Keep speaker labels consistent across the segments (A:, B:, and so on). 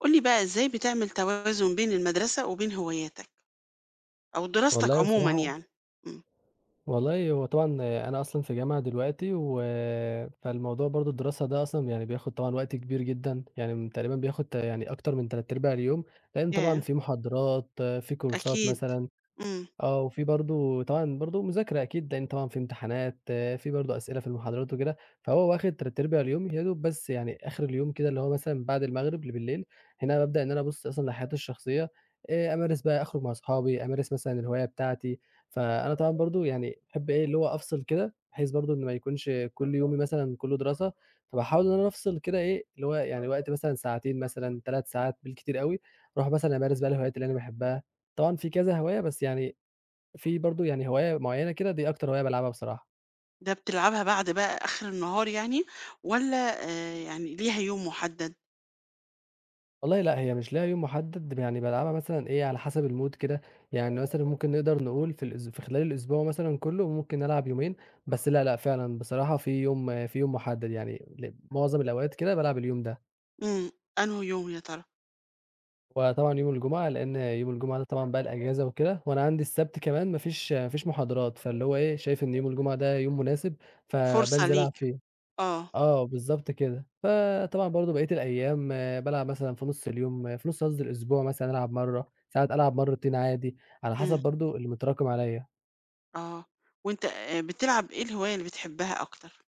A: قُل لي بقى إزاي بتعمل توازن بين المدرسة وبين هواياتك أو دراستك
B: والله
A: عمومًا
B: بصراحة.
A: يعني؟ إمم.
B: والله هو طبعًا أنا أصلًا في جامعة دلوقتي فالموضوع برضه الدراسة ده أصلًا يعني بياخُد طبعًا وقت كبير جدًا، يعني تقريبًا بياخُد يعني أكتر من تلات أرباع اليوم، لإن طبعًا
A: ياه!
B: في محاضرات، في كورسات
A: أكيد.
B: مثلًا.
A: إمم.
B: وفي برضه طبعًا برضه مذاكرة أكيد، لإن طبعًا في امتحانات، آه، في برضه أسئلة في المحاضرات وكده، فهو واخد تلات أرباع اليوم يا دوب، بس يعني آخر اليوم كده اللي هو مثلًا بعد المغرب لبالليل، هنا بابدأ إن أنا أبُص أصلًا لحياتي الشخصية، أمارس بقى، أخرج مع أصحابي، أمارس مثلًا الهواية بتاعتي. فأنا طبعًا برضه يعني باحب إيه، اللي هو أفصل كده، بحيث برضه إن ما يكونش كل يومي مثلًا كله دراسة، فباحاول إن أنا أفصل كده إيه، اللي هو يعني وقت مثلًا ساعتين، مثلًا 3 ساعات بالكتير أوي، أروح مثلًا أمارس بقى الهوايات اللي أنا باحبها. طبعًا في كذا هواية، بس يعني في برضه يعني هواية معيّنة كده، دي أكتر هواية بالعبها بصراحة.
A: ده بتلعبها بعد بقى آخر النهار يعني والّا يعني ليها يوم محدد؟
B: والله لأ، هي مش ليها يوم محدد، يعني بالعبها مثلًا إيه، على حسب الmood كده، يعني مثلًا ممكن نقدر نقول في في خلال الأسبوع مثلًا كُلّه ممكن ألعب يومين، بس لأ، لأ، فعلًا بصراحة في يوم محدد، يعني معظم الأوقات كده بالعب اليوم ده،
A: إمم. أنهي يوم يا ترى؟
B: وطبعًا يوم الجمعة، لإن يوم الجمعة ده طبعًا بقى الأجازة وكده، وأنا عندي السبت كمان ما فيش محاضرات، فاللي هو إيه، شايف إن يوم الجمعة ده يوم مناسب،
A: فرصة
B: فبانزل ألعب
A: ليك.
B: فيه.
A: آه.
B: آه، بالضبط كده. فطبعًا برضه بقية الأيام بالعب مثلًا في نُص اليوم آه، في نُص قصدي الأسبوع مثلًا ألعب مرّة، ساعات ألعب مرّتين عادي، على حسب
A: إمم.
B: برضه اللي متراكم عليّا.
A: آه. وأنت بتلعب إيه الهواية اللي بتحبها أكتر؟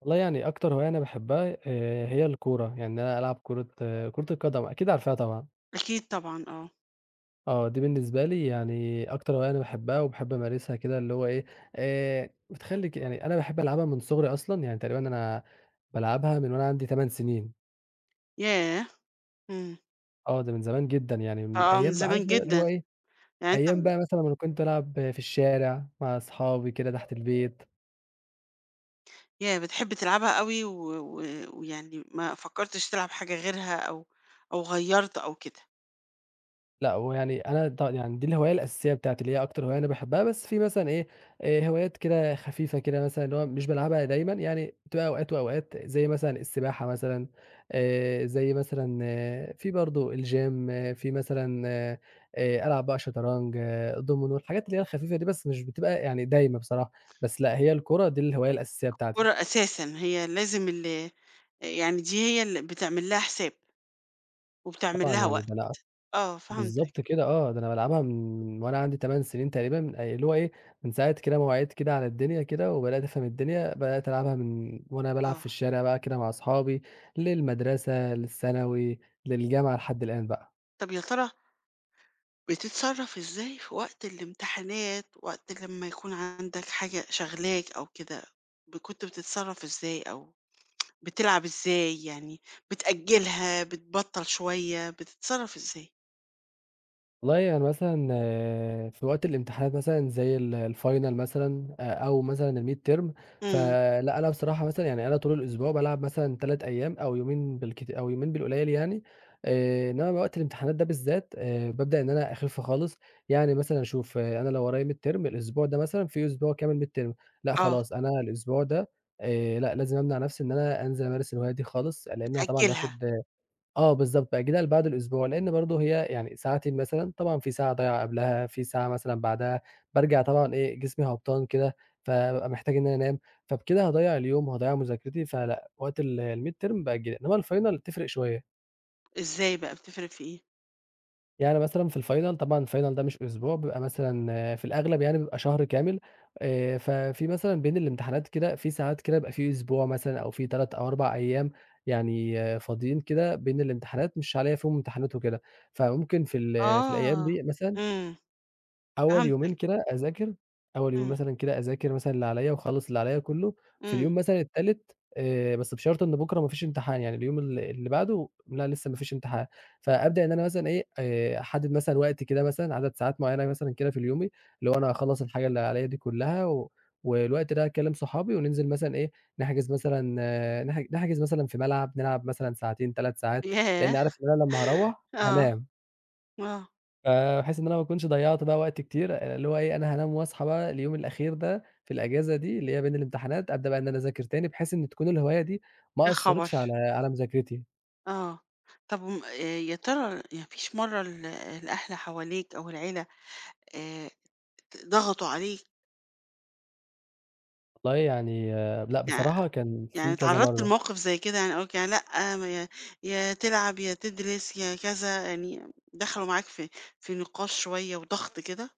B: والله يعني أكتر هواية أنا باحبها هي الكورة، يعني إن أنا ألعب كورة القدم أكيد عارفاها طبعًا.
A: أكيد طبعًا آه.
B: آه، دي بالنسبة لي يعني أكتر هواية أنا باحبها وباحب أمارسها كده، اللي هو إيه، بتخلّي يعني أنا باحب ألعبها من صغري أصلًا، يعني تقريبًا أنا بالعبها من وأنا عندي 8 سنين.
A: ياه! إمم.
B: آه، ده من زمان جدًا يعني من
A: آه، من
B: أيام عارف
A: زمان
B: اللي هو
A: جدًا.
B: إيه،
A: يعني
B: أيام
A: أنت
B: بقى مثلًا لمّا كنت ألعب في الشارع مع أصحابي كده تحت البيت.
A: ياه! بتحب تلعبها أوي و و ويعني ما فكّرتش تلعب حاجة غيرها أو غيّرت أو كده،
B: لأ، ويعني أنا يعني دي الهواية الأساسية بتاعتي، اللي هي أكتر هواية أنا باحبها، بس في مثلًا إيه، هوايات كده خفيفة كده مثلًا، اللي هو مش بالعبها دايمًا، يعني بتبقى أوقات وأوقات، زي مثلًا السباحة مثلًا، زي مثلًا في برضه الgym، في مثلًا ألعب بقى شطرنج، دومينو، الحاجات اللي هي الخفيفة دي، بس مش بتبقى يعني دايمة بصراحة، بس لأ، هي الكورة دي الهواية الأساسية بتاعتي،
A: الكورة أساسًا هي لازم يعني دي هي اللي بتعمل لها حساب وبتعمل
B: طبعًا
A: لها
B: يعني ده
A: وقت،
B: أنا
A: آه
B: بالضبط
A: فهمتك،
B: كده. آه، ده أنا بالعبها من وأنا عندي 8 سنين تقريبا، من اللي هو إيه، من ساعة كده ما وعيت كده على الدنيا كده وبدأت أفهم الدنيا، بدأت ألعبها من وأنا بالعب
A: آه.
B: في الشارع بقى كده مع أصحابي، للمدرسة، للثانوي، للجامعة لحد الآن بقى.
A: طَب يا ترى بتتصرّف إزاي في وقت الامتحانات، وقت لمّا يكون عندك حاجة شاغلاك أو كده، كنت بتتصرّف إزاي أو بتلعب إزاي يعني بتأجّلها، بتبطّل شوية، بتتصرّف إزاي؟
B: والله يعني مثلًا في وقت الامتحانات مثلًا زي الfinal مثلًا أو مثلًا الmid term،
A: إمم،
B: فلأ، أنا بصراحة مثلًا يعني أنا طول الأسبوع بالعب مثلًا 3 أيام أو يومين بالكت أو يومين بالقليل يعني، إنّما وقت الامتحانات ده بالذات بابدأ إن أنا أخِف خالص، يعني مثلًا أشوف أنا لو ورايا mid term الأسبوع ده مثلًا، في أسبوع كامل mid term، لأ،
A: آه،
B: خلاص أنا الأسبوع ده لأ، لازم أمنع نَفْسي إن أنا أنزل أمارس الهواية دي خالص، لإنّها طبعًا
A: بتأجّلها.
B: هتاخد. آه بالضبط، بأجّلها لبعد الأسبوع، لإن برضه هي يعني ساعتين مثلًا، طبعًا في ساعة ضايعة قبلها، في ساعة مثلًا بعدها، بارجع طبعًا إيه، جسمي هبطان كده، فبابقى محتاج إن أنا أنام، فبكده هاضيّع اليوم وهاضيّع مذاكرتي، فلأ، وقت الmidterm بأجّلها، إنّما الfinal تفرق شوية.
A: إزاي بقى بتفرق في إيه؟
B: يعني مثلًا في الفاينل طبعًا، الفاينل ده مش أسبوع، بيبقى مثلًا آه، في الأغلب يعني بيبقى شهر كامل، ففي مثلًا بين الامتحانات كده في ساعات كده بيبقى في أسبوع مثلًا أو في 3 أو 4 أيام، يعني آه، فاضيين كده بين الامتحانات مش عليّا فيهم امتحانات وكده، فممكن في في الأيام
A: آه،
B: دي مثلًا
A: إمم،
B: أول
A: فهمتك،
B: يومين كده أذاكر، أول يومين
A: إمم،
B: مثلًا كده أذاكر مثلًا اللي عليَّ وأخلّص اللي عليَّ كلّه، في
A: إمم،
B: اليوم مثلًا التالت بس بشرط إن بُكرة ما فيش امتحان، يعني اليوم اللي بعده لأ لسه ما فيش امتحان، فأبدأ إن أنا مثلًا إيه، أحدد مثلًا وقت كده، مثلًا عدد ساعات معيّنة مثلًا كده في اليومي، اللي هو أنا هاخلّص الحاجة اللي عليَّ دي كلّها، و والوقت ده هاكلّم صحابي وننزل مثلًا إيه، نحجز مثلًا، نحجز مثلًا في ملعب، نلعب مثلًا ساعتين، 3 ساعات،
A: ياه!
B: لإن عارف إن أنا لمّا هاروّح
A: آه،
B: هانام.
A: آه،
B: فبحيث إن أنا ما أكونش ضيّعت بقى وقت كتير، اللي هو إيه، أنا هانام واصحى بقى اليوم الأخير ده في الأجازة دي اللي هي بين الامتحانات، أبدأ بقى إن أنا أذاكر تاني، بحيث إن تكون الهواية دي ما
A: يا خبر!
B: أثّرتش على مذاكرتي.
A: آه، طب وم يا ترى ما فيش مرّة الأهل حواليك أو العيلة آآ ت ضغطوا عليك؟
B: والله يعني آه، لأ،
A: يع
B: بصراحة كان
A: يعني
B: في كذا
A: اتعرّضت
B: مرّة.
A: لموقف زي كده يعني قالوا لك يعني لأ، ما يا تلعب، يا تدرس، يا كذا، يعني دخلوا معاك في نقاش شوية وضغط كده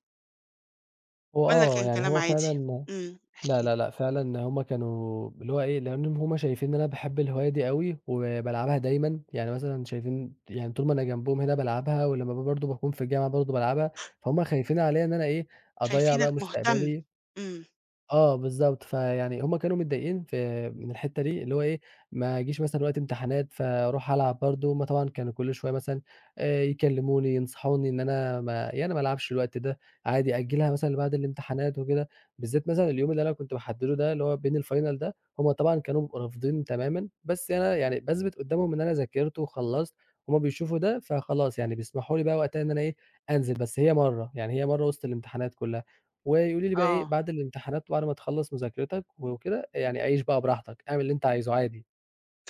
B: هو
A: والّا
B: آه،
A: كان
B: يعني
A: كلام
B: هو
A: عادي؟
B: فعلًا
A: إمم،
B: لا،
A: احكِ لي،
B: لا، لأ، فعلًا هم كانوا اللي هو إيه، لإنّهم هم شايفين إن أنا باحب الهواية دي أوي وبالعبها دايمًا، يعني مثلًا شايفين يعني طول ما أنا جنبهم هنا بالعبها، ولمّا برضه باكون في الجامعة برضه بالعبها، فهُم خايفين عليّا إن أنا إيه، أضيّع
A: شايفينك
B: بقى
A: مهتم،
B: مستقبلي.
A: إمم،
B: آه بالضبط، فيعني هُم كانوا متضايقين من الحتّة دي، اللي هو إيه، ما أجيش مثلًا وقت امتحانات فاروح ألعب برضه، هُم طبعًا كانوا كل شوية مثلًا يكلموني، ينصحوني إن أنا ما يعني ما ألعبش الوقت ده، عادي أأجلها مثلًا لبعد الامتحانات وكده، بالذات مثلًا اليوم اللي أنا كنت باحدّده ده، اللي هو بين الفاينل ده، هُم طبعًا كانوا رافضين تمامًا، بس أنا يعني باثبت قدّامهم إن أنا ذاكرت وخلّصت، هُم بيشوفوا ده، فخلاص يعني بيسمحوا لي بقى وقتها إن أنا إيه، أنزل، بس هي مرّة، يعني هي مرّة وسط الامتحانات كلها. ويقولوا لي بقى إيه،
A: آه.
B: بعد الامتحانات وبعد ما تخلّص مذاكرتك وكده، يعني عيش بقى براحتك، اعمل اللي أنت عايزه عادي.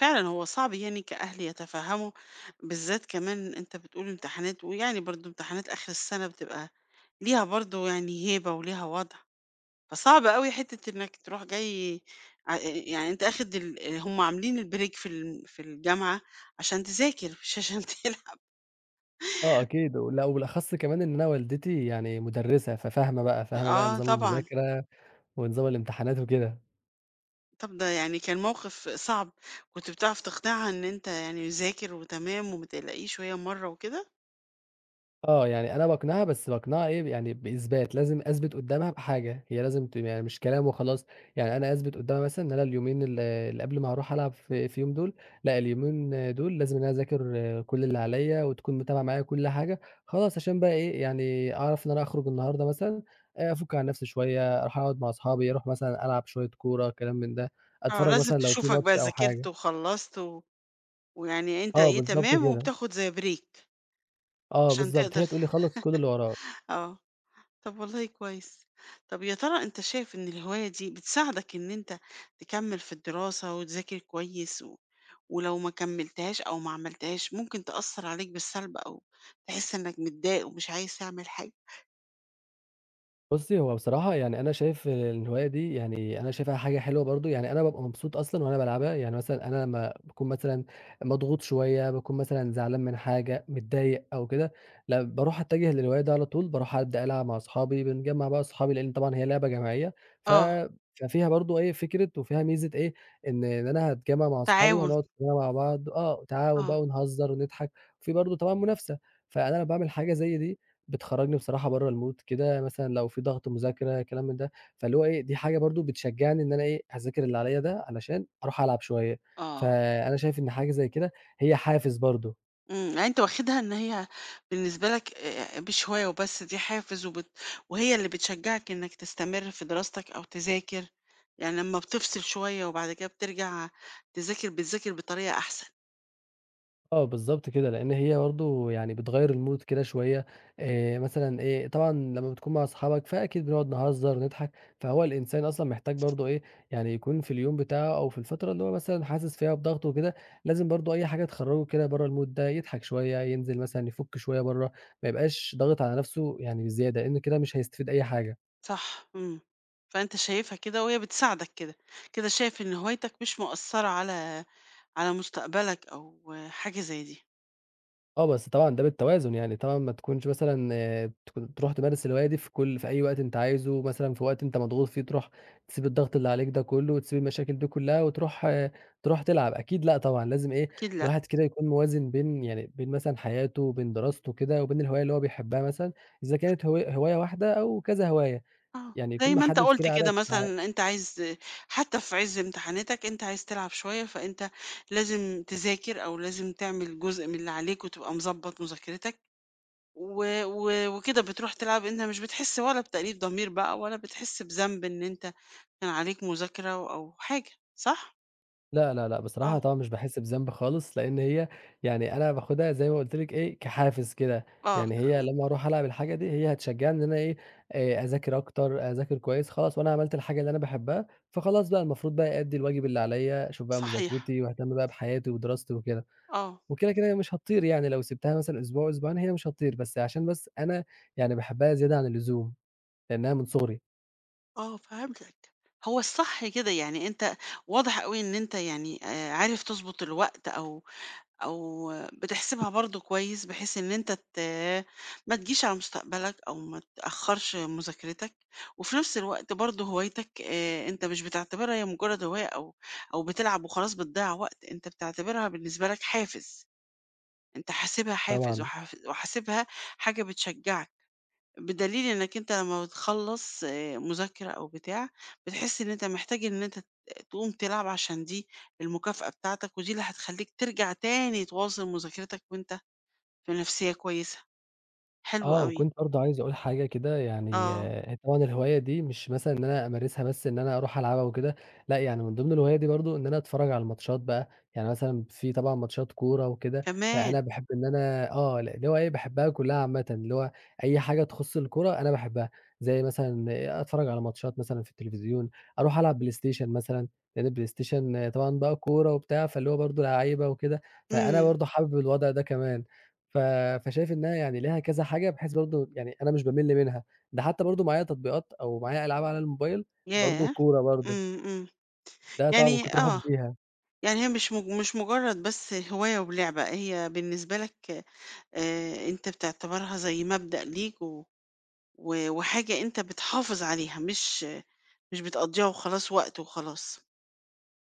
A: فعلًا هو صعب يعني كأهل يتفهموا، بالذات كمان أنت بتقول امتحانات، ويعني برضه امتحانات آخر السنة بتبقى ليها برضه يعني هيبة وليها وضع، فصعب أوي حتة إنك تروح جاي يعني أنت آخد هم عاملين الbreak في الجامعة عشان تذاكر مش عشان تلعب.
B: آه أكيد، ولأ، وبالأخص كمان إن أنا والدتي يعني مُدرِّسة، ففاهمة بقى، فاهمة بقى
A: آه
B: نظام
A: طبعًا،
B: المذاكرة ونظام الامتحانات وكده.
A: طب ده يعني كان موقف صعب، كنت بتعرف تقنعها إن أنت يعني ذاكر وتمام وما تقلقيش وهي مرّة وكده؟
B: آه، يعني أنا باقنعها، بس باقنعها إيه، يعني بإثبات، لازم أثبت قدّامها بحاجة، هي لازم يعني مش كلام وخلاص، يعني أنا أثبت قدّامها مثلًا إن أنا اليومين اللي قبل ما هاروح ألعب في فيهم دول، لأ اليومين دول لازم إن أنا أذاكر آه، كل اللي عليّا، وتكون متابعة معايا كل حاجة، خلاص عشان بقى إيه، يعني أعرف إن أنا أخرج النهارده مثلًا، أفُك عن نفسي شوية، أروح أقعد مع أصحابي، أروح مثلًا ألعب شوية كورة، كلام من ده،
A: آه،
B: أتفرّج
A: لازم
B: مثلًا لو في
A: تشوفك بقى
B: ماتش أو
A: ذاكرت
B: حاجة.
A: وخلّصت ويعني أنت
B: آه،
A: إيه
B: بالضبط
A: تمام
B: كده،
A: وبتاخد زي بريك
B: آه
A: عشان
B: بالضبط،
A: تقدر
B: هي تقول لي خلّص كل اللي وراك.
A: آه، طب والله كويس. طب يا ترى أنت شايف إن الهواية دي بتساعدك إن أنت تكمّل في الدراسة وتذاكر كويس ولو ما كمّلتهاش أو ما عملتهاش ممكن تأثّر عليك بالسلب أو تحس إنك متضايق ومش عايز تعمل حاجة؟
B: بُصّي، هو بصراحة يعني أنا شايف الهواية دي، يعني أنا شايفها حاجة حلوة برضه، يعني أنا بابقى مبسوط أصلًا وأنا بالعبها، يعني مثلًا أنا لمّا باكون مثلًا مضغوط شوية، باكون مثلًا زعلان من حاجة، متضايق أو كده، لأ باروح أتجه للهواية دي على طول، باروح أبدأ ألعب مع أصحابي، بنجمّع بقى أصحابي لإن طبعًا هي لعبة جماعية، ف
A: آه،
B: ففيها برضه إيه فكرة، وفيها ميزة إيه، إن أنا هاتجمّع مع أصحابي،
A: تعاون،
B: وهنقعد كلنا مع بعض آه، تعاون
A: آه،
B: بقى ونهزر ونضحك، وفي برضه طبعًا منافسة، فأنا لمّا باعمل حاجة زي دي بتخرّجني بصراحة برّه المود كده، مثلًا لو في ضغط مذاكرة كلام من ده، فاللي هو إيه، دي حاجة برضه بتشجّعني إن أنا إيه، هاذاكر اللي عليّا ده علشان أروح ألعب شوية،
A: آه.
B: فأنا شايف إن حاجة زي كده هي حافز برضه.
A: إمم، يعني أنت واخدها إن هي بالنسبة لك مش هواية وبس، دي حافز وهي اللي بتشجّعك إنك تستمر في دراستك أو تذاكر، يعني لمّا بتفصل شوية وبعد كده بترجع تذاكر، بتذاكر بطريقة أحسن،
B: آه، بالضبط كده، لإن هي برضه يعني بتغيّر الmood كده شوية، مثلًا إيه، طبعًا لمّا بتكون مع أصحابك فأكيد بنقعد نهزّر، نضحك، فهو الإنسان أصلًا محتاج برضه إيه، يعني يكون في اليوم بتاعه أو في الفترة اللي هو مثلًا حاسس فيها بضغط وكده، لازم برضه أي حاجة تخرّجه كده برّه الmood ده، يضحك شوية، ينزل مثلًا يفُك شوية برّه، ما يبقاش ضاغط على نَفْسه يعني بزيادة، لإن كده مش هيستفيد أي حاجة.
A: صح، إمم، فأنت شايفها كده وهي بتساعدك كده، كده شايف إن هوايتك مش مؤثّرة على مستقبلك أو آه، حاجة زي دي،
B: آه، بس طبعًا ده بالتوازن، يعني طبعًا ما تكونش مثلًا تكون تروح تمارس الهواية دي في أي وقت أنت عايزه، مثلًا في وقت أنت مضغوط فيه تروح تسيب الضغط اللي عليك ده كله، وتسيب المشاكل دي كلها، وتروح آه، تروح تلعب، أكيد لأ طبعًا، لازم إيه
A: أكيد لأ.
B: الواحد كده يكون موازن بين يعني بين مثلًا حياته وبين دراسته كده، وبين الهواية اللي هو بيحبها مثلًا، إذا كانت هو هواية واحدة أو كذا هواية،
A: آه،
B: يعني يكون
A: زي ما أنت
B: محدد
A: قُلت
B: كده عدد.
A: كده مثلًا أنت عايز حتى في عِز امتحاناتك أنت عايز تلعب شوية، فأنت لازم تذاكر أو لازم تعمل جزء من اللي عليك وتبقى مضبّط مذاكرتك، و و وكده بتروح تلعب أنت مش بتحس ولا بتأنيب ضمير بقى ولا بتحس بذنب إن أنت كان عليك مذاكرة أو حاجة، صح؟
B: لأ، لأ، لأ، بصراحة
A: آه،
B: طبعًا مش باحس بذنب خالص، لإن هي يعني أنا باخدها زي ما قُلت لِك إيه، كحافز كده،
A: آه،
B: يعني هي لمّا أروح ألعب الحاجة دي هي هتشجّعني إن أنا إيه، أذاكر أكتر، أذاكر كويس، خلاص وأنا عملت الحاجة اللي أنا باحبها، فخلاص بقى المفروض بقى أأدّي الواجب اللي عليَّ، أشوف بقى
A: صحيح،
B: مذاكرتي واهتم بقى بحياتي ودراستي وكده،
A: آه،
B: وكده، كده هي مش هتطير يعني لو سِبتها مثلًا أسبوع، أسبوعين هي مش هتطير، بس عشان بس أنا يعني باحبها زيادة عن اللزوم، لإنها من صغري،
A: آه فهمتك. هو الصح كده، يعني أنت واضح أوي إن أنت يعني عارف تضبط الوقت أو بتحسبها برضه كويس بحيث إن أنت ما تجيش على مستقبلك أو ما تأخرش مذاكرتك، وفي نفس الوقت برضه هوايتك أنت مش بتعتبرها هي مجرد هواية أو بتلعب وخلاص بتضيّع وقت، أنت بتعتبرها بالنسبة لك حافز، أنت حاسبها حافز
B: طبعًا.
A: وحاسبها حاجة بتشجعك. بدليل إنك أنت لمّا بتخلّص مذاكرة أو بتاع، بتحس إن أنت محتاج إن أنت تقوم تلعب عشان دي المكافأة بتاعتك، ودي اللي هتخلّيك ترجع تاني تواصل مذاكرتك وأنت في نفسيّة كويسة، حلو
B: آه،
A: أوي،
B: وكنت برضه عايز أقول حاجة كده، يعني
A: آه،
B: هي طبعًا الهواية دي مش مثلًا إن أنا أمارسها بس، إن أنا أروح ألعبها وكده، لأ يعني من ضمن الهواية دي برضه إن أنا أتفرّج على الماتشات بقى، يعني مثلًا في طبعًا ماتشات كورة وكده،
A: كمان!
B: فأنا باحب إن أنا آه، اللي هو إيه باحبها كلّها عامةً، اللي هو أي حاجة تخُص الكورة أنا باحبها، زي مثلًا أتفرّج على ماتشات مثلًا في التلفزيون، أروح ألعب بلاي ستيشن مثلًا، لإن البلاي ستيشن طبعًا بقى كورة وبتاع، فاللي هو برضه لعايبة وكده، فأنا
A: إمم،
B: برضه حابب الوضع ده كمان. ف فشايف إنها يعني ليها كذا حاجة، بحيث برضه يعني أنا مش بامِل منها، ده حتى برضه معايا تطبيقات أو معايا ألعاب على الموبايل برضه
A: ياه!
B: كورة برضه،
A: إمم، إمم،
B: ده طبعًا من
A: يعني
B: كتر حُبّي
A: آه،
B: فيها.
A: يعني هي مش مجرّد بس هواية ولعبة، هي بالنسبة لك أنت بتعتبرها زي مبدأ ليك و و وحاجة أنت بتحافظ عليها، مش بتقضّيها وخلاص وقت وخلاص،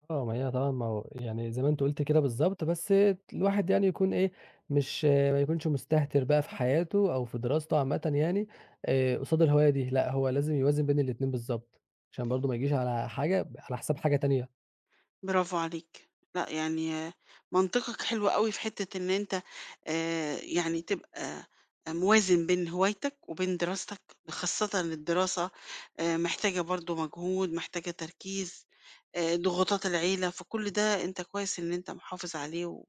B: آه، ما هي طبعًا، ما هو يعني زي ما أنت قُلت كده بالضبط، بس الواحد يعني يكون إيه، مش ما يكونش مستهتر بقى في حياته أو في دراسته عامةً يعني قصاد الهواية دي، لأ هو لازم يوازن بين الاتنين بالضبط، عشان برضه ما يجيش على حاجة على حساب حاجة تانية.
A: برافو عليك. لأ، يعني آه، منطقك حلو أوي في حتّة إن أنت يعني تبقى موازن بين هوايتك وبين دراستك، خاصةً الدراسة محتاجة برضه مجهود، محتاجة تركيز، ضغوطات العيلة، فكل ده أنت كويس إن أنت محافظ عليه و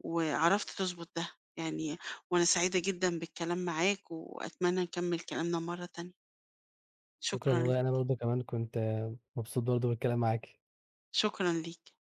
A: وعرفت تضبط ده يعني، وأنا سعيدة جدًا بالكلام معاك وأتمنى نكمّل كلامنا مرّة تانية.
B: شكرًا
A: شكرًا
B: والله، أنا
A: ليك،
B: برضه كمان كنت مبسوط برضه بالكلام معاكِ.
A: شكرًا ليك.